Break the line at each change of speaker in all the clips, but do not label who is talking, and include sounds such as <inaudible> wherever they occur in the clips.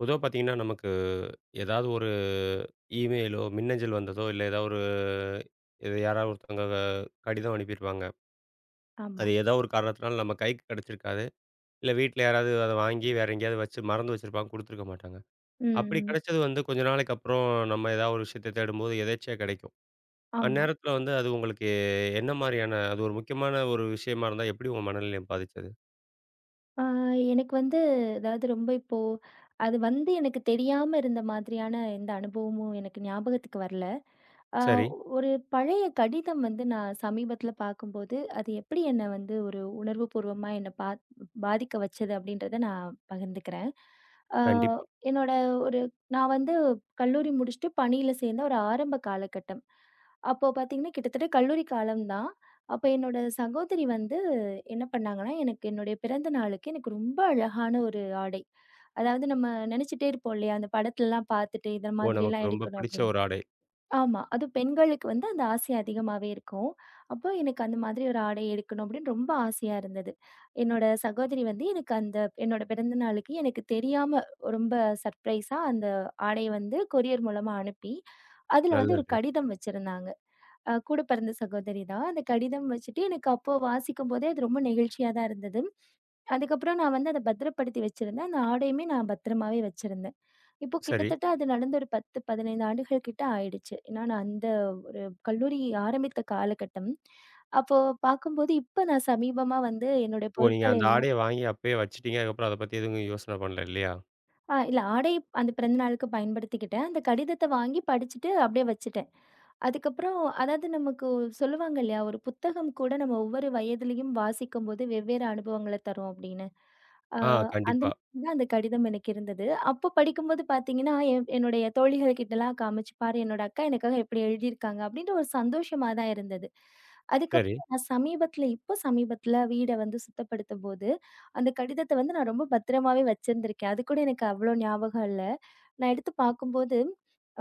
பொதுவா பார்த்தீங்கன்னா, நமக்கு ஏதாவது ஒரு இமெயிலோ, மின்னஞ்சல் வந்ததோ, இல்ல ஏதாவது ஒரு இது யாராவது ஒருத்தவங்க கடிதம் அனுப்பியிருப்பாங்க.
ஆமா.
அது ஏதோ ஒரு காரணத்தினால நம்ம கைக்கு கிடைச்சிருக்காது. இல்ல வீட்ல யாராவது அத வாங்கி வேற எங்கேயாவது வச்சு மறந்து வச்சிருப்பாங்க, குடுத்துருக்க மாட்டாங்க.
ம்,
அப்படி
ம்.
கிடைச்சது வந்து கொஞ்ச நாளைக்கு அப்புறம் நம்ம ஏதாவது ஒரு விஷயத்த தேடும்போது எதேர்ச்சையா கிடைக்கும்.
ஆமா.
அந்நேரத்தில வந்து அது உங்களுக்கு என்ன மாரியான அது ஒரு முக்கியமான ஒரு விஷயமா இருந்தா, எப்படி உங்க மனநிலைய பாதிச்சது?
ஆ எனக்கு வந்து அதாவது ரொம்ப இப்போ அது வந்து எனக்கு தெரியாம இருந்த மாதிரியான எந்த அனுபவமும் எனக்கு ஞாபகத்துக்கு வரல. ஆ
சரி.
ஒரு பழைய கடிதம் வந்து நான் சமீபத்தில பார்க்கும்போது, அது எப்படி என்ன வந்து ஒரு உணர்வுபூர்வமா என்ன பாதிக்க வச்சது அப்படின்றத நான் பகிர்ந்துக்கிறேன். ஆ
கண்டிப்பா.
என்னோட ஒரு நான் வந்து கல்லூரி முடிச்சுட்டு பணியில சேர்ந்த ஒரு ஆரம்ப காலகட்டம். அப்போ பார்த்தீங்கன்னா, கிட்டத்தட்ட கல்லூரி காலம் தான். அப்ப என்னோட சகோதரி வந்து என்ன பண்ணாங்கன்னா, எனக்கு என்னுடைய பிறந்த நாளுக்கு எனக்கு ரொம்ப அழகான ஒரு ஆடை. அதாவது நம்ம நெனச்சுட்டே இருப்போம் இல்லையா? அந்த படத்துலலாம் பார்த்துட்டு இந்த
ஓ!
மாதிரிலாம்
நமக்கு ரொம்ப
எடுக்கணும்
பிடிச்ச
அப்படின்னு.
ஒரு ஆடை.
ஆமா. அதுவும் பெண்களுக்கு வந்து அந்த ஆசை அதிகமாவே இருக்கும். அப்போ எனக்கு அந்த மாதிரி ஒரு ஆடை எடுக்கணும் அப்படின்னு ரொம்ப ஆசையா இருந்தது. என்னோட சகோதரி வந்து எனக்கு அந்த என்னோட பிறந்த நாளுக்கு எனக்கு தெரியாம ரொம்ப சர்ப்ரைஸா அந்த ஆடைய வந்து கொரியர் மூலமா அனுப்பி, அதுல வந்து ஒரு
நல்லது.
கடிதம் வச்சிருந்தாங்க. கூட பிறந்த சகோதரி தான். அந்த கடிதம் வச்சுட்டு எனக்கு அப்போ வாசிக்கும்போதே அது ரொம்ப நெகிழ்ச்சியா தான் இருந்தது. அதுக்கப்புறம் நான் வந்து அத பத்திரப்படுத்தி வச்சிருந்தேன். அந்த ஆடையுமே நான் பத்திரமாவே வச்சிருந்தேன். இப்போ
சரி.
கிட்டத்தட்ட அது நடந்து ஒரு 10, 15 ஆண்டுகள் கிட்ட ஆயிடுச்சு. ஏன்னா நான் அந்த ஒரு கல்லூரி ஆரம்பித்த காலகட்டம். அப்போ பார்க்கும்போது இப்ப நான் சமீபமா வந்து என்னுடைய
ஓ! நீங்க
பொருட்கள்
அந்த
எல்லாம்
ஆடைய வாங்கி அப்பயே வச்சுட்டீங்க. அதுக்கப்புறம் அத பத்தி எதுவும் யோசனை பண்ணல இல்லையா?
இல்ல ஆடை அந்த பிறந்த நாளுக்கு பயன்படுத்திக்கிட்டேன். அந்த கடிதத்த வாங்கி படிச்சுட்டு அப்படியே வச்சுட்டேன். அதுக்கப்புறம் அதாவது நமக்கு சொல்லுவாங்க இல்லையா? ஒரு புத்தகம் கூட நம்ம ஒவ்வொரு வயதிலயும் வாசிக்கும்போது வெவ்வேறு அனுபவங்கள தரும் அப்படின்னு. ஆ
ஆ,
அந்த
கண்டிப்பா.
மாதிரி தான் அந்த கடிதம் எனக்கு இருந்தது. அப்போ படிக்கும்போது பார்த்தீங்கன்னா, என்னுடைய தோழிகள் கிட்டலாம் காமிச்சு, "பாரு என்னோட அக்கா எனக்காக எப்படி எழுதியிருக்காங்க." அப்படின்ற ஒரு சந்தோஷமா தான் இருந்தது.
சரி.
அதுக்கப்புறம் நான் சமீபத்தில இப்போ சமீபத்தில வீட வந்து சுத்தப்படுத்தும்போது அந்த கடிதத்த வந்து நான் ரொம்ப பத்திரமாவே வச்சிருந்திருக்கேன். அதுக்கூட எனக்கு அவ்ளோ ஞாபகம் இல்ல. நான் எடுத்து பார்க்கும்போது,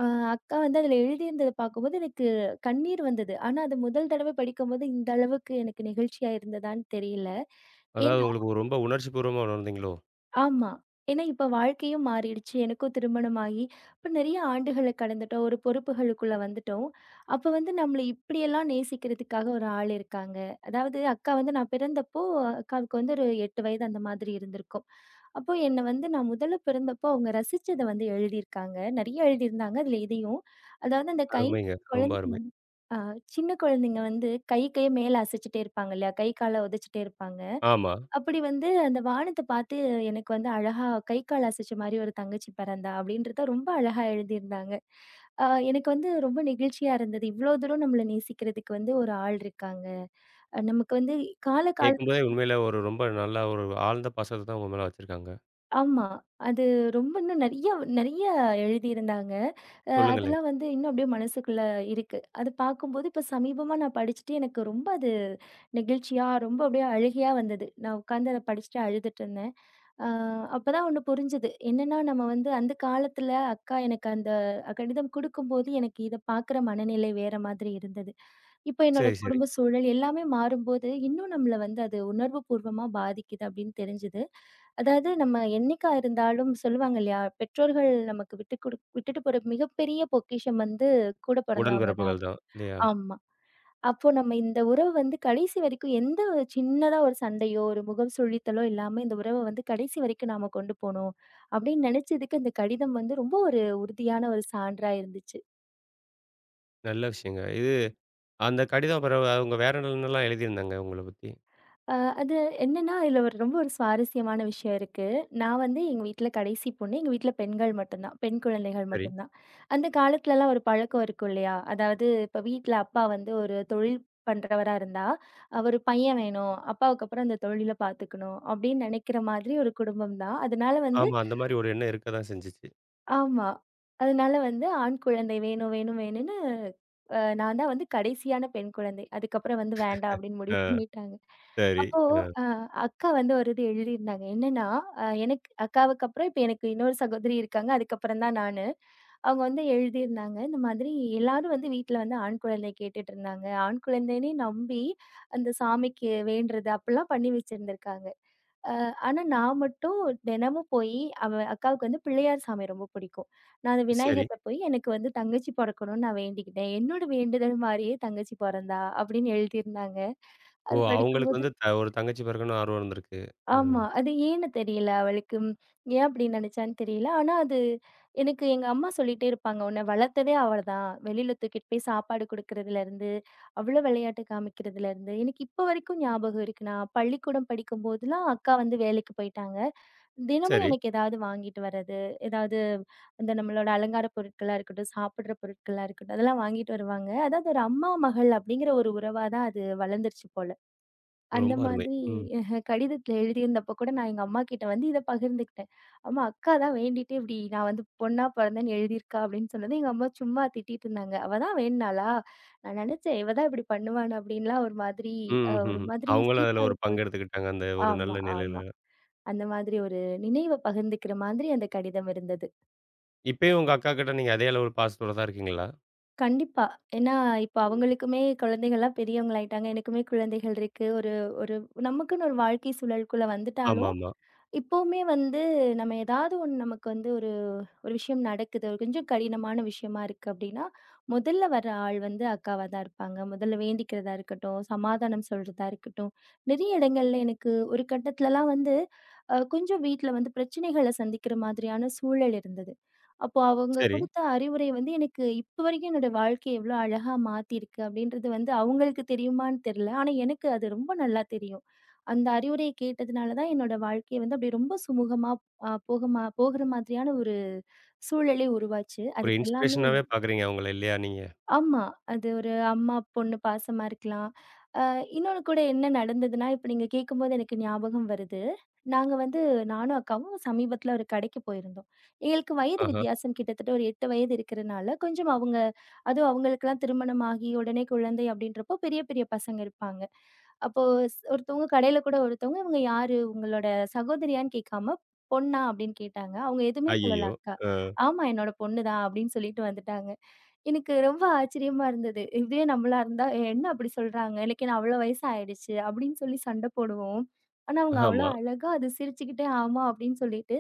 அ அக்கா வந்து அதில எழுதியிருந்தத பார்க்கும்போது எனக்கு கண்ணீர் வந்தது. ஆனா, அது முதல் தடவை படிக்கும்போது இந்த அளவுக்கு எனக்கு நெகிழ்ச்சியா இருந்ததான்னு தெரியல.
அதாவது
ஏன்னா
உங்களுக்கு ஒரு ரொம்ப உணர்ச்சிபூர்வமா உணர்ந்தீங்களோ?
ஆமா. ஏன்னா இப்ப வாழ்க்கையும் மாறிடுச்சு. எனக்கும் திருமணம் ஆகி, இப்ப நெறைய ஆண்டுகள கடந்துட்டோம். ஒரு பொறுப்புகளுக்குள்ள வந்துட்டோம். அப்ப வந்து நம்மள இப்படியெல்லாம் நேசிக்கிறதுக்காக ஒரு ஆள் இருக்காங்க. அதாவது அக்கா வந்து நான் பிறந்தப்போ, அக்காவுக்கு வந்து ஒரு 8 வயது அந்த மாதிரி இருந்திருக்கும். அப்போ என்ன வந்து நான் முதல்ல பிறந்தப்போ அவங்க ரசிச்சத வந்து எழுதியிருக்காங்க. நெறைய எழுதியிருந்தாங்க. அதுல இதையும், அதாவது அந்த
அருமைங்க. ரொம்ப
குழந்தைங்க
அருமை.
அ சின்ன குழந்தைங்க வந்து கை கைய மேல அசைச்சுட்டே இருப்பாங்க இல்லையா? கை கால உதச்சிட்டே இருப்பாங்க.
ஆமா.
அப்படி வந்து அந்த வானத்த பார்த்து எனக்கு வந்து அழகா கை, கால் அசைச்ச மாரி ஒரு தங்கச்சி பிறந்தா அப்படின்றத ரொம்ப அழகா எழுதியிருந்தாங்க. எனக்கு வந்து ரொம்ப நெகிழ்ச்சியா இருந்தது. இவ்வளோ தூரம் நம்மள நேசிக்கிறதுக்கு வந்து ஒரு ஆள் இருக்காங்க. நமக்கு வந்து கால காலம்
கேட்கும்போதே உண்மையில ஒரு ரொம்ப நல்ல ஒரு ஆழ்ந்த பாசத்த தான் உங்க மேல வச்சிருக்காங்க.
ஆமா. அது ரொம்ப இன்னும் நெறைய நெறைய எழுதியிருந்தாங்க.
சொல்லுங்களேன்.
அதெல்லாம் வந்து இன்னும் அப்படியே மனசுக்குள்ள இருக்கு. அது பார்க்கும்போது இப்ப சமீபமா நான் படிச்சுட்டு எனக்கு ரொம்ப அது நெகிழ்ச்சியா, ரொம்ப அப்படியே அழுகையா வந்தது. நான் உட்கார்ந்து அத படிச்சுட்டு அழுதுட்டுருந்தேன். அ அப்பதான் ஒண்ணு புரிஞ்சது. என்னன்னா நம்ம வந்து அந்த காலத்துல அக்கா எனக்கு அந்த கடிதம் குடுக்கும்போது எனக்கு இத பார்க்குற மனநிலை வேற மாதிரி இருந்தது. இப்ப என்னோட
சரி, சரி.
குடும்ப சூழல் எல்லாமே மாறும்போது, இன்னும் நம்மள வந்து அது உணர்வு பூர்வமா பாதிக்குது அப்படின்னு தெரிஞ்சது. அதாவது நம்ம என்னைக்கா இருந்தாலும் சொல்லுவாங்க இல்லையா? பெற்றோர்கள் நமக்கு விட்டு விட்டுட்டு போற மிகப்பெரிய பொக்கிஷம் வந்து கூட பிறந்தவங்க தான்.
உடன்பிறப்புகள் தான் இல்லையா?
ஆமா. அப்போ நம்ம இந்த உறவு வந்து கடைசி வரைக்கும் எந்த ஒரு சின்னதா ஒரு சண்டையோ, ஒரு முகம் சுழித்தலோ இல்லாம இந்த உறவ வந்து கடைசி வரைக்கும் நாம கொண்டு போணும் அப்படின்னு நினைச்சதுக்கு இந்த கடிதம் வந்து ரொம்ப ஒரு உறுதியான ஒரு சான்றா இருந்துச்சு.
நல்ல விஷயங்க. இது அந்த கடிதம் பிறவு அவங்க வேற என்னலாம் எழுதியிருந்தாங்க உங்கள பத்தி?
அ அது என்னன்னா, இதுல ஒரு ரொம்ப ஒரு சுவாரஸ்யமான விஷயம் இருக்கு. நான் வந்து எங்க வீட்ல கடைசி பொண்ணு. எங்க வீட்ல பெண்கள் மட்டும் தான். பெண் குழந்தைகள்
சரி.
மட்டும் தான். அந்த காலத்துலலாம் ஒரு பழக்கம் இருக்கும் இல்லையா? அதாவது இப்ப வீட்ல அப்பா வந்து ஒரு தொழில் பண்றவரா இருந்தா, ஒரு பையன் வேணும். அப்பாவுக்கு அப்புறம் அந்த தொழில பார்த்துக்கணும். அப்படின்னு நினைக்கிற மாதிரி ஒரு குடும்பம் தான். அதனால வந்து
ஆமா. அந்த மாரி ஒரு எண்ணம் இருக்க தான் செஞ்சுச்சு.
ஆமா. அதனால வந்து ஆண் குழந்தை வேணும், வேணும், வேணும்னு நான் தான் வந்து கடைசியான பெண் குழந்தை. அதுக்கப்புறம் வந்து வேண்டாம் அப்படின்னு
ஆ,
முடிவு பண்ணிட்டாங்க.
சரி.
அப்போ
ஆ,
அ அக்கா வந்து ஒரு இது எழுதியிருந்தாங்க. என்னன்னா, எனக்கு அக்காவுக்கு அப்புறம் இப்ப எனக்கு இன்னொரு சகோதரி இருக்காங்க. அதுக்கப்புறம் தான் நானு. அவங்க வந்து எழுதியிருந்தாங்க. இந்த மாதிரி எல்லாரும் வந்து வீட்ல வந்து ஆண் குழந்தை கேட்டுட்டு இருந்தாங்க. ஆண் குழந்தைன்னே நம்பி அந்த சாமிக்கு வேண்டுறது அப்படிலாம் பண்ணி வச்சிருந்திருக்காங்க. ஆனா நான் மட்டும் தினமும் போயி, அக்காவுக்கு வந்து பிள்ளையார் சாமி ரொம்ப பிடிக்கும். நான் அந்த
சரி.
விநாயகர்ட்ட போய் எனக்கு வந்து தங்கச்சி பொறக்கணும்னு நான் வேண்டிக்கிட்டேன். என்னோட வேண்டுதல் மாரியே தங்கச்சி பொறந்தா! அப்படின்னு எழுதியிருந்தாங்க.
ஓ!
அது
அவங்களுக்கு
படிக்கும்போது
வந்து ஒரு தங்கச்சி பிறக்கணும்னு ஆர்வம் இருந்திருக்கு. ஆ,
ஆமா. அது ஏன்னு தெரியல அவளுக்கு. ம், ஏன் அப்படி நெனச்சான்னு தெரியல. ஆனா அது எனக்கு எங்க அம்மா சொல்லிட்டே இருப்பாங்க, "உன்ன வளர்த்ததே அவ தான். வெளில தூக்கிட்டு போய் சாப்பாடு குடுக்குறதுலருந்து, அவ்ளோ விளையாட்டு காமிக்கிறதுலருந்து" எனக்கு இப்ப வரைக்கும் ஞாபகம் இருக்கு. நான் பள்ளிக்கூடம் படிக்கும்போதெல்லாம் அக்கா வந்து வேலைக்கு போயிட்டாங்க. தினமும்
சரி.
எனக்கு ஏதாவது வாங்கிட்டு வர்றது, ஏதாவது இந்த நம்மளோட அலங்கார பொருட்களா இருக்கட்டும், சாப்பிடுற பொருட்களா இருக்கட்டும், அதெல்லாம் வாங்கிட்டு வருவாங்க. அதாவது ஒரு அம்மா, மகள் அப்படிங்கிற ஒரு உறவா தான் அது வளர்ந்துருச்சு போல. அந்த
ரொம்ப அருமை.
மாதிரி
ம்.
கடிதத்துல எழுதியிருந்தப்ப கூட நான் எங்க அம்மாகிட்ட வந்து இத பகிர்ந்துக்கிட்டேன். அம்மா அக்கா தான் வேண்டிட்டு இப்படி நான் வந்து பொண்ணா பொறந்தேன்னு எழுதியிருக்கா அப்படின்னு சொன்னது எங்க அம்மா சும்மா திட்டிட்டு இருந்தாங்க. "அவ தான் வேண்டுனாளா? நான் நினைச்சேன் இவ தான் இப்படி பண்ணுவான்னு" அப்படின்லாம் ஒரு மாதிரி ஒரு
ம்ஹ்ஹ்ம்.
மாதிரி
அவங்களும் அதுல ஒரு
சிரிப்பாது போச்சு.
பங்கெடுத்துக்கிட்டாங்க. அந்த ஒரு
ஆமா,
நல்ல நிலையில.
ஆமா. அந்த மாதிரி ஒரு நினைவ பகிர்ந்துக்கிற மாதிரி அந்த கடிதம் இருந்தது.
இப்பயும் உங்க அக்காகிட்ட நீங்க அதே அளவு பாசத்தோட தான் இருக்கீங்களா?
கண்டிப்பா. ஏன்னா இப்ப அவங்களுக்குமே குழந்தைகள்லாம் பெரியவங்களாயிட்டாங்க. எனக்குமே குழந்தைகள் இருக்கு. ஒரு ஒரு நமக்குன்னு ஒரு வாழ்க்கை சூழலுக்குள்ள வந்துட்டாலும்
ஆமாமா.
இப்பவுமே வந்து நம்ம ஏதாவது ஒண்ணு நமக்கு வந்து ஒரு விஷயம் நடக்குது, ஒரு கொஞ்சம் கடினமான விஷயமா இருக்கு அப்படின்னா, முதல்ல வர ஆள் வந்து அக்காவா தான் இருப்பாங்க. முதல்ல வேண்டிக்கிறதா இருக்கட்டும், சமாதானம் சொல்றதா இருக்கட்டும், நிறைய இடங்கள்ல எனக்கு ஒரு கட்டத்துலலாம் வந்து கொஞ்சம் வீட்ல வந்து பிரச்சனைகள சந்திக்கிற மாதிரியான சூழல் இருந்தது. அப்போ அவங்க
சரி.
குடுத்த அறிவுரை வந்து எனக்கு இப்ப வரைக்கும் என்னோட வாழ்க்கைய எவ்வளோ அழகா மாத்திருக்கு அப்படின்றது வந்து அவங்களுக்கு தெரியுமான்னு தெரியல. ஆனா எனக்கு அது ரொம்ப நல்லா தெரியும். அந்த அறிவுரைய கேட்டதுனால தான் என்னோட வாழ்க்கை வந்து அப்படியே ரொம்ப சுமூகமா போகமா போகிற மாதிரியான ஒரு சூழலே உருவாச்சு.
ஒரு
அதுக்கு எல்லாமே
இன்ஸ்பிரேஷனாவே பார்க்குறீங்க அவங்கள இல்லையா நீங்க?
ஆமா. அது ஒரு அம்மா, பொண்ணு பாசமா இருக்கலாம். அ இன்னொன்னு கூட என்ன நடந்ததுன்னா, இப்ப நீங்க கேட்கும்போது எனக்கு ஞாபகம் வருது. நாங்க வந்து நானும் அக்காவும் சமீபத்தில ஒரு கடைக்கு போயிருந்தோம். எங்களுக்கு வயது
ஆஹா.
வித்தியாசம் கிட்டத்தட்ட ஒரு 8 வயது இருக்கிறனால, கொஞ்சம் அவங்க அதுவும் அவங்களுக்கெல்லாம் திருமணம் ஆகி உடனே குழந்தை அப்படின்றப்போ பெரிய பெரிய பசங்க இருப்பாங்க. அப்போ ஒருத்தவங்க கடையில கூட ஒருத்தவங்க, "இவங்க யாரு? உங்களோட சகோதரியான்னு கேட்காம, பொண்ணா?" அப்படின்னு கேட்டாங்க. அவங்க எதுவுமே சொல்லல
ஐய்யயோ!
அக்கா.
அ,
"ஆமா, என்னோட பொண்ணு தான்" அப்படின்னு சொல்லிட்டு வந்துட்டாங்க. எனக்கு ரொம்ப ஆச்சரியமா இருந்தது. இதுவே நம்மளா இருந்தா, "ஏ, "என்ன அப்படி சொல்றாங்க? எனக்கு என்ன அவ்ளோ வயசு ஆயிடுச்சு." அப்படின்னு சொல்லி சண்டை போடுவோம். ஆனா, அவங்க அவ்ளோ
ஆமா.
அழகா அது சிரிச்சுக்கிட்டே ஆமா அப்படின்னு சொல்லிட்டு,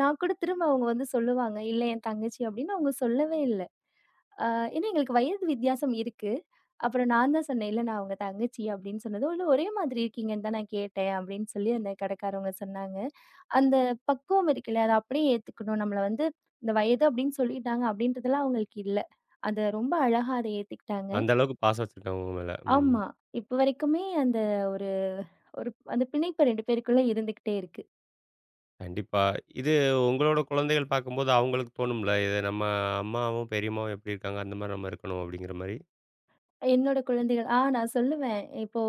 நான் கூட திரும்ப அவங்க வந்து சொல்லுவாங்க, "இல்ல என் தங்கச்சி" அப்படின்னு அவங்க சொல்லவே இல்ல. அ ஏன்னா எங்களுக்கு வயது வித்தியாசம் இருக்கு. அப்புறம் நான் தான் சொன்னேன், "இல்ல நான் அவங்க தங்கச்சி" அப்படின்னு சொன்னதும், "இல்ல ஒரே மாதிரி இருக்கீங்கன்னு தான் நான் கேட்டேன்" அப்படின்னு சொல்லி அந்த கடைக்காரவங்க சொன்னாங்க. அந்த பக்குவம் இருக்குல்ல, அத அப்படியே ஏத்துக்கணும். நம்மள வந்து இந்த வயது அப்படின்னு சொல்லிட்டாங்க அப்படின்றதெல்லாம் அவங்களுக்கு இல்ல. அத ரொம்ப அழகா அத ஏத்துக்கிட்டாங்க.
அந்த அளவுக்கு பாசம் வச்சிருக்காங்க உங்க மேல. ம்.
ஆமா. இப்ப வரைக்குமே அந்த ஒரு ஒரு அந்த பிணைப்பு 2 பேருக்குள்ள இருந்துகிட்டே இருக்கு.
கண்டிப்பா. இது உங்களோட குழந்தைகள் பார்க்கும்போது அவங்களுக்கு தோணும்ல, இது நம்ம அம்மாவும், பெரியம்மாவும் எப்படி இருக்காங்க, அந்த மாரி நம்ம இருக்கணும் அப்படிங்கிற மாரி.
என்னோட குழந்தைகள் நான் சொல்லுவேன். இப்போ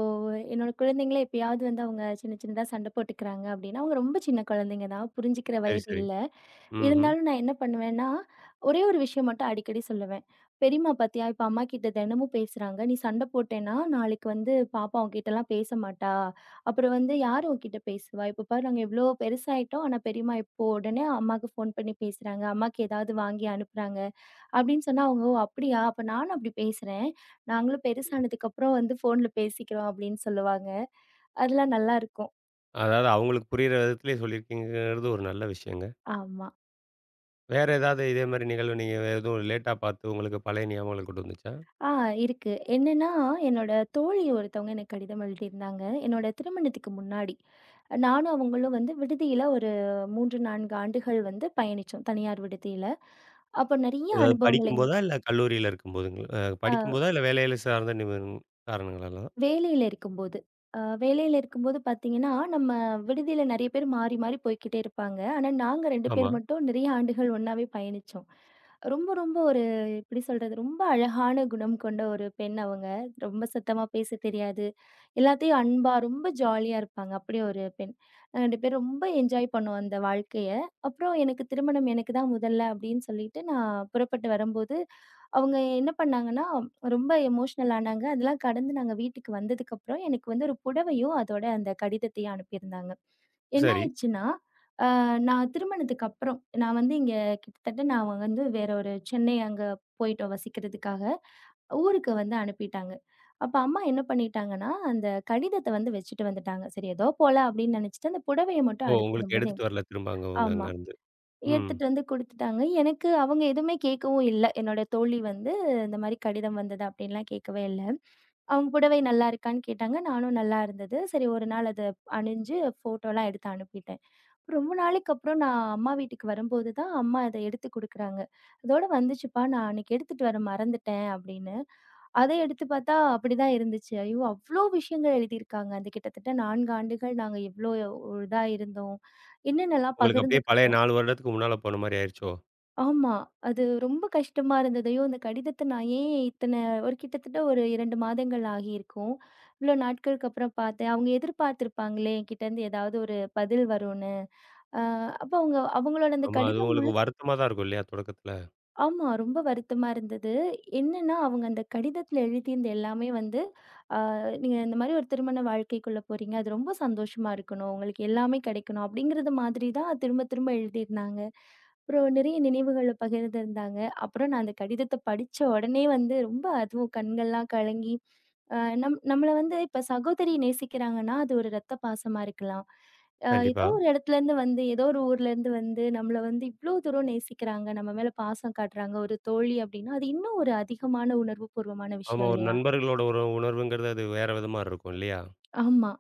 என்னோட குழந்தைங்களே எப்பயாவது வந்து அவங்க சின்ன சின்னதா சண்டை போட்டுக்கிறாங்க அப்படின்னா, அவங்க ரொம்ப சின்ன குழந்தைங்க தான். புரிஞ்சுக்கிற
சரி,
வயது
சரி.
இல்ல.
ம்ஹ்ம்.
இருந்தாலும் நான் என்ன பண்ணுவேன்னா, ஒரே ஒரு விஷயம் மட்டும் அடிக்கடி சொல்லுவேன். பெரியம்மா பார்த்தியா, இப்ப அம்மாகிட்ட தினமும் பேசுறாங்க. நீ சண்டை போட்டேன்னா, நாளைக்கு வந்து பாப்பா உன்கிட்டலாம் பேச மாட்டா. அப்புறம் வந்து யாரு உன்கிட்ட பேசுவா? இப்ப பாரு நாங்க எவ்ளோ பெருசாயிட்டோம். ஆனா பெரியம்மா இப்போ உடனே அம்மாக்கு ஃபோன் பண்ணி பேசுறாங்க. அம்மாக்கு ஏதாவது வாங்கி அனுப்புறாங்க." அப்படின்னு சொன்னா அவங்க, "ஓ! அப்படியா? அப்ப நானும் அப்படி பேசுறேன். நாங்களும் பெருசானதுக்கப்புறம் வந்து ஃபோன்ல பேசிக்கிறோம்." அப்படின்னு சொல்லுவாங்க. அதெல்லாம் நல்லாருக்கும்.
அதாவது அவங்களுக்கு புரியிற விதத்திலே சொல்லியிருக்கீங்கங்கிறது ஒரு நல்ல விஷயங்க.
ஆமா.
வேற ஏதாவது இதே மாரி நிகழ்வு நீங்க வேற எதுவும் லேட்டா பார்த்து உங்களுக்கு பழைய ஞாபகங்களுக்கு கொண்டு வந்துச்சா?
ஆ இருக்கு. என்னன்னா, என்னோட தோழி ஒருத்தவங்க எனக்கு கடிதம் எழுதியிருந்தாங்க. என்னோட திருமணத்துக்கு முன்னாடி. நானும் அவங்களும் வந்து விடுதியில ஒரு 3, 4 ஆண்டுகள் வந்து பயணிச்சோம். தனியார் விடுதியில. அப்ப நெறைய
அதாவது
அனுபவங்கள் எங்கள்
படிக்கும்போதா? இல்ல கல்லூரியில இருக்கும்போதுங்களா? அ,
அ
படிக்கும்போதா? இல்ல வேலையில சார்ந்த காரணங்களால?
வேலையில இருக்கும்போது. வேலையில இருக்கும்போது பார்த்தீங்கன்னா, நம்ம விடுதியில நெறைய பேர் மாறி, மாறி போய்க்கிட்டே இருப்பாங்க. ஆனா, நாங்க 2
ஆமா.
பேர் மட்டும் நெறைய ஆண்டுகள் ஒண்ணாவே பயணிச்சோம். ரொம்ப, ரொம்ப ஒரு எப்படி சொல்றது? ரொம்ப அழகான குணம் கொண்ட ஒரு பெண் அவங்க. ரொம்ப சத்தமா பேசத் தெரியாது. எல்லாத்தையும் அன்பா, ரொம்ப ஜாலியா இருப்பாங்க. அப்படி ஒரு பெண். நாங்க 2 பேரும் ரொம்ப என்ஜாய் பண்ணோம் அந்த வாழ்க்கைய. அப்புறம் எனக்கு திருமணம் எனக்கு தான் முதல்ல அப்படின்னு சொல்லிட்டு நான் புறப்பட்டு வரும்போது, அவங்க என்ன பண்ணாங்கன்னா, ரொம்ப எமோஷனல் ஆனாங்க. அதெல்லாம் கடந்து நாங்க வீட்டுக்கு வந்ததுக்கப்புறம், எனக்கு வந்து ஒரு புடவையும், அதோட அந்த கடிதத்தையும் அனுப்பியிருந்தாங்க. என்ன
சரி.
ஆயிடுச்சுன்னா, அ நான் திருமணத்துக்கு அப்புறம், நான் வந்து இங்க கிட்டத்தட்ட நான் வந்து வேற ஒரு சென்னை அங்க போயிட்டோம் வசிக்கிறதுக்காக. ஊருக்கு வந்து அனுப்பிட்டாங்க. அப்ப அம்மா என்ன பண்ணிட்டாங்கன்னா, அந்த கடிதத்த வந்து வச்சுட்டு வந்துட்டாங்க. சரி ஏதோ போல அப்படின்னு நெனைச்சுட்டு, அந்த புடவைய
ஓ!
மட்டும் அடுத்து
உங்களுக்கு
வரும்போது
எடுத்துட்டு
என்கிட்ட
வரல திரும்ப அங்க அவங்க
ஆமா.
அங்கருந்து. ம்.
எடுத்துட்டு வந்து குடுத்துட்டாங்க. எனக்கு அவங்க எதுவுமே கேட்கவும் இல்ல. என்னோட தோழி வந்து இந்த மாரி கடிதம் வந்தது அப்படின்லாம் கேட்கவே இல்ல. அவங்க புடவை நல்லா இருக்கான்னு கேட்டாங்க. நானும் நல்லா இருந்தது. சரி ஒரு நாள் அத அணிஞ்சு ஃபோட்டோலாம் எடுத்து அனுப்பிட்டேன். ரொம்ப நாளைக்கு அப்புறம் நான் அம்மா வீட்டுக்கு வரும்போது தான் அம்மா அத எடுத்து குடுக்குறாங்க. "இதோட வந்துச்சுப்பா நான் அன்னைக்கு எடுத்துட்டு வர மறந்துட்டேன்" அப்படின்னு. அத எடுத்து பார்த்தா அப்படிதான் இருந்துச்சு. ஐயோ! அவ்ளோ விஷயங்கள் எழுதியிருக்காங்க. அந்த கிட்டத்தட்ட 4 ஆண்டுகள் நாங்க எவ்ளோ இதா இருந்தோம். என்னென்னலாம்
உங்களுக்கு அப்படியே பழைய
பகிர்ந்துக்கிட்டோம்.
4 வருடத்துக்கு முன்னால போன மாரி ஆயிருச்சோ?
ஆமா. அது ரொம்ப கஷ்டமா இருந்தது. ஐயோ! இந்த கடிதத்த நான் ஏன் இத்தன ஒரு கிட்டத்தட்ட ஒரு 2 மாதங்கள் ஆகியிருக்கும். இவ்ளோ நாட்களுக்கு அப்புறம் பார்த்தேன். அவங்க எதிர்பார்த்திருப்பாங்களே என்கிட்டருந்து ஏதாவது ஒரு பதில் வரும்னு. அ அப்ப அவங்க அவங்களோட அந்த
ஆமா. அது
கடிதம்
உங்களுக்கு
முழு
வருத்தமா தான் இருக்கும் இல்லையா? தொடக்கத்துல.
ஆமா. ரொம்ப வருத்தமா இருந்தது. என்னன்னா, அவங்க அந்த கடிதத்தில எழுதியிருந்த எல்லாமே வந்து, "ஆ நீங்க இந்த மாரி ஒரு திருமண வாழ்க்கைக்குள்ள போறீங்க. அது ரொம்ப சந்தோஷமா இருக்கணும். உங்களுக்கு எல்லாமே கிடைக்கணும்." அப்படிங்கிறது மாதிரி தான் திரும்ப திரும்ப எழுதியிருந்தாங்க. அப்புறம் நிறைய நினைவுகள பகிர்ந்திருந்தாங்க. அப்புறம் நான் அந்த கடிதத்த படிச்ச உடனே வந்து ரொம்ப அதுவும் கண்கள்லாம் கலங்கி, அ நம் நம்மள வந்து இப்ப சகோதரி நேசிக்கிறாங்கன்னா, அது ஒரு ரத்த பாசமா இருக்கலாம். ஏதோ
கண்டிப்பா.
ஒரு இடத்துலேருந்து வந்து, ஏதோ ஒரு ஊர்லேருந்து வந்து, நம்மள வந்து இவ்ளோ தூரம் நேசிக்கிறாங்க, நம்ம மேல பாசம் காட்டுறாங்க, ஒரு தோழி அப்டின்னா, அது இன்னும் ஒரு அதிகமான உணர்வுபூர்வமான
ஆமா.
விஷயம்
ஒரு
இல்லையா?
நண்பர்களோட ஒரு உணர்வுங்கிறது அது வேற விதமா இருக்கும் இல்லையா?
ஆமா.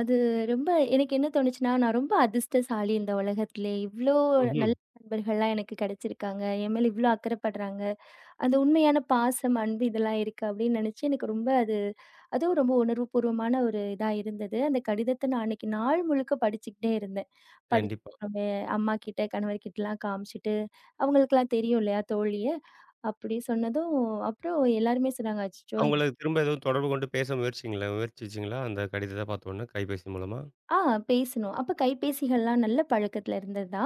அது ரொம்ப எனக்கு என்ன தோணுச்சுன்னா, நான் ரொம்ப அதிர்ஷ்டசாலி இந்த உலகத்திலே. இவ்ளோ
ம்ஹ்ம்.
நல்ல நண்பர்கள்லாம் எனக்கு கிடைச்சிருக்காங்க. என் மேல இவ்ளோ அக்கறைப்படுறாங்க. அந்த உண்மையான பாசம், அன்பு இதெல்லாம் இருக்கு அப்படின்னு நினைச்சு எனக்கு ரொம்ப அது அதுவும் ரொம்ப உணர்வுபூர்வமான ஒரு இதா இருந்தது. அந்த கடிதத்த நான் அன்னைக்கு நாள் முழுக்க படிச்சுக்கிட்டே இருந்தேன். படிச்சு
கண்டிப்பா.
அம்மா கிட்ட, கணவர் கிட்டலாம் காமிச்சுட்டு, அவங்களுக்கெல்லாம் தெரியும் இல்லையா தோழிய, அப்படி சொன்னதும் அப்புறம் எல்லாருமே சொன்னாங்க, "அச்சச்சோ!
அவங்கள திரும்ப எதுவும் தொடர்பு கொண்டு பேச முயற்சிச்சீங்களா? அந்த கடிதத்த பார்த்தோன்னே கைபேசி மூலமா?
ஆ பேசணும். அப்ப கைபேசிகள்லாம் நல்ல பழக்கத்துல இருந்ததா?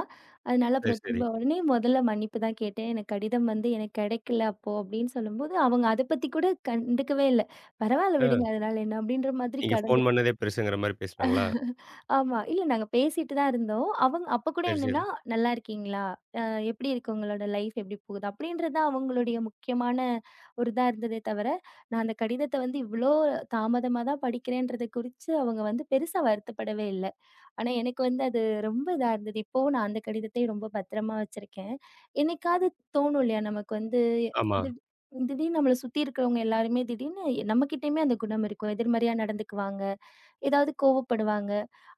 அதனால
சரி,
அப்புறம்
சரி.
திரும்ப உடனே முதல்ல மன்னிப்பு தான் கேட்டேன். எனக்கு கடிதம் வந்து எனக்கு கிடைக்கல அப்போ அப்படின்னு சொல்லும்போது, அவங்க அத பத்தி கூட கண்டுக்கவே இல்ல. பரவால்ல
ஆ.
விடுங்க அதனால என்ன அப்படின்ற மாதிரி
நீங்க ஃபோன்
கடந்துட்டேன்.
பண்ணதே பெருசுங்கிற மாரி பேசினாங்களா?
<laughs> ஆமா. இல்ல நாங்க பேசிட்டு தான் இருந்தோம். அவங்க அப்ப கூட
சரி, சரி.
என்னன்னா, "நல்லா இருக்கீங்களா? அ எப்படி இருக்கு உங்களோட லைஃப் எப்படி போகுது?" அப்படின்றது தான் அவங்களுடைய முக்கியமான ஒரு இதா இருந்ததே தவிர, நான் அந்த கடிதத்த வந்து இவ்ளோ தாமதமா தான் படிக்கிறேன்றத குறிச்சு அவங்க வந்து பெருசா வருத்தப்படவே இல்ல. ஆனா, எனக்கு வந்து அது ரொம்ப இதா இருந்தது. இப்பவும் நான் அந்த கடிதத்தை ரொம்ப பத்திரமா வச்சிருக்கேன். என்னைக்காவது தோணும் இல்லையா? நமக்கு வந்து
ஆமா.
திடீ திடீர்னு நம்மள சுத்தி இருக்கிறவங்க எல்லாருமே திடீர்னு நம்மகிட்டயுமே அந்த குணம் இருக்கும். எதிர்மறையா நடந்துக்குவாங்க. ஏதாவது கோவப்படுவாங்க.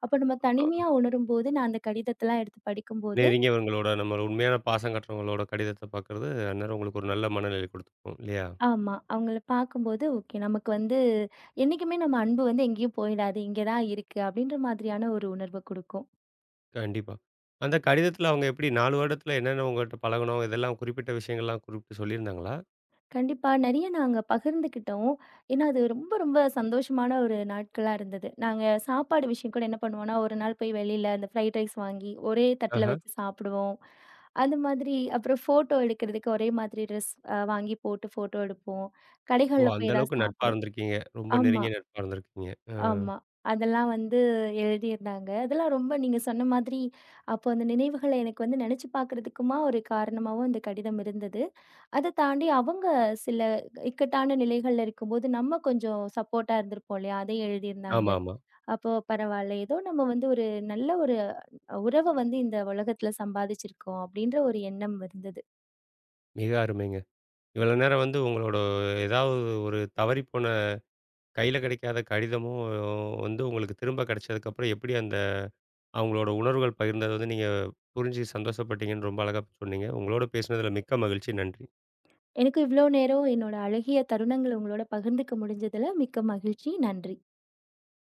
அப்ப நம்ம
அ.
தனிமையா உணரும்போது நான் அந்த கடிதத்தலாம் எடுத்து படிக்கும்போது
நெருங்கியவங்களோட நம்ம உண்மையான பாசம் காட்டுறவங்களோட கடிதத்த பார்க்கறது, அந்நேரம் உங்களுக்கு ஒரு நல்ல மனநிலை கொடுத்துருக்கும். இல்லையா?
ஆமா. அவங்கள பார்க்கும்போது ஓகே நமக்கு வந்து என்னைக்குமே நம்ம அன்பு வந்து எங்கேயும் போயிடாது. இங்க தான் இருக்கு. அப்படின்ற மாதிரியான ஒரு உணர்வ குடுக்கும்.
கண்டிப்பா. அந்த கடிதத்துல அவங்க எப்படி 4 வருடத்துல என்னென்ன உங்ககிட்ட பழகுனோம், இதெல்லாம் குறிப்பிட்ட விஷயங்கள்லாம் குறிப்பிட்டு சொல்லியிருந்தாங்களா?
கண்டிப்பா. நெறைய நாங்க பகிர்ந்துக்கிட்டோம். ஏன்னா, அது ரொம்ப ரொம்ப சந்தோஷமான ஒரு நாட்களா இருந்தது. நாங்க சாப்பாடு விஷயம் கூட என்ன பண்ணுவோம்னா, ஒரு நாள் போய் வெளியில அந்த ஃப்ரைட் ரைஸ் வாங்கி ஒரே
ஆஹ.
தட்டுல வச்சு சாப்பிடுவோம். அந்த மாதிரி அப்புறம் ஃபோட்டோ எடுக்கிறதுக்கு ஒரே மாதிரி ட்ரெஸ் வாங்கி போட்டு ஃபோட்டோ எடுப்போம்.
ஓ!
கடைகள்ல
அந்த
போய் ஏதாவது
அளவுக்கு நட்பா
சாப்பிடுவோம்.
இருந்திருக்கீங்க. ரொம்ப
ஆமா,
நெருங்கிய நட்பா இருந்திருக்கீங்க. அ.
ஆமா. அதெல்லாம் வந்து எழுதியிருந்தாங்க. அதெல்லாம் ரொம்ப நீங்க சொன்ன மாதிரி, அப்போ அந்த நினைவுகள எனக்கு வந்து நெனச்சு பார்க்கறதுக்குமா ஒரு காரணமாவும் அந்த கடிதம் இருந்தது. அத தாண்டி அவங்க சில இக்கட்டான நிலைகள்ல இருக்கும்போது, நம்ம கொஞ்சம் சப்போர்ட்டா இருந்திருப்போம் இல்லையா? அதை எழுதியிருந்தாங்க.
ஆமா, ஆமா.
அப்போ பரவால்ல. ஏதோ நம்ம வந்து ஒரு நல்ல ஒரு உறவ வந்து இந்த உலகத்துல சம்பாதிச்சிருக்கோம் அப்படின்ற ஒரு எண்ணம் இருந்தது.
மிக அருமைங்க. இவ்வளோ நேரம் வந்து உங்களோட ஏதாவது ஒரு தவறிப்போன கையில கிடைக்காத கடிதமும் வந்து உங்களுக்கு திரும்ப கிடைச்சதுக்கப்புறம் எப்படி அந்த அவங்களோட உணர்வுகள் பகிர்ந்தது வந்து நீங்க புரிஞ்சு சந்தோஷப்பட்டீங்கன்னு ரொம்ப அழகா சொன்னீங்க. உங்களோட பேசினதுல மிக்க மகிழ்ச்சி. நன்றி.
எனக்கு இவ்ளோ நேரம் என்னோட அழகிய தருணங்கள உங்களோட பகிர்ந்துக்க முடிஞ்சதுல மிக்க மகிழ்ச்சி. நன்றி.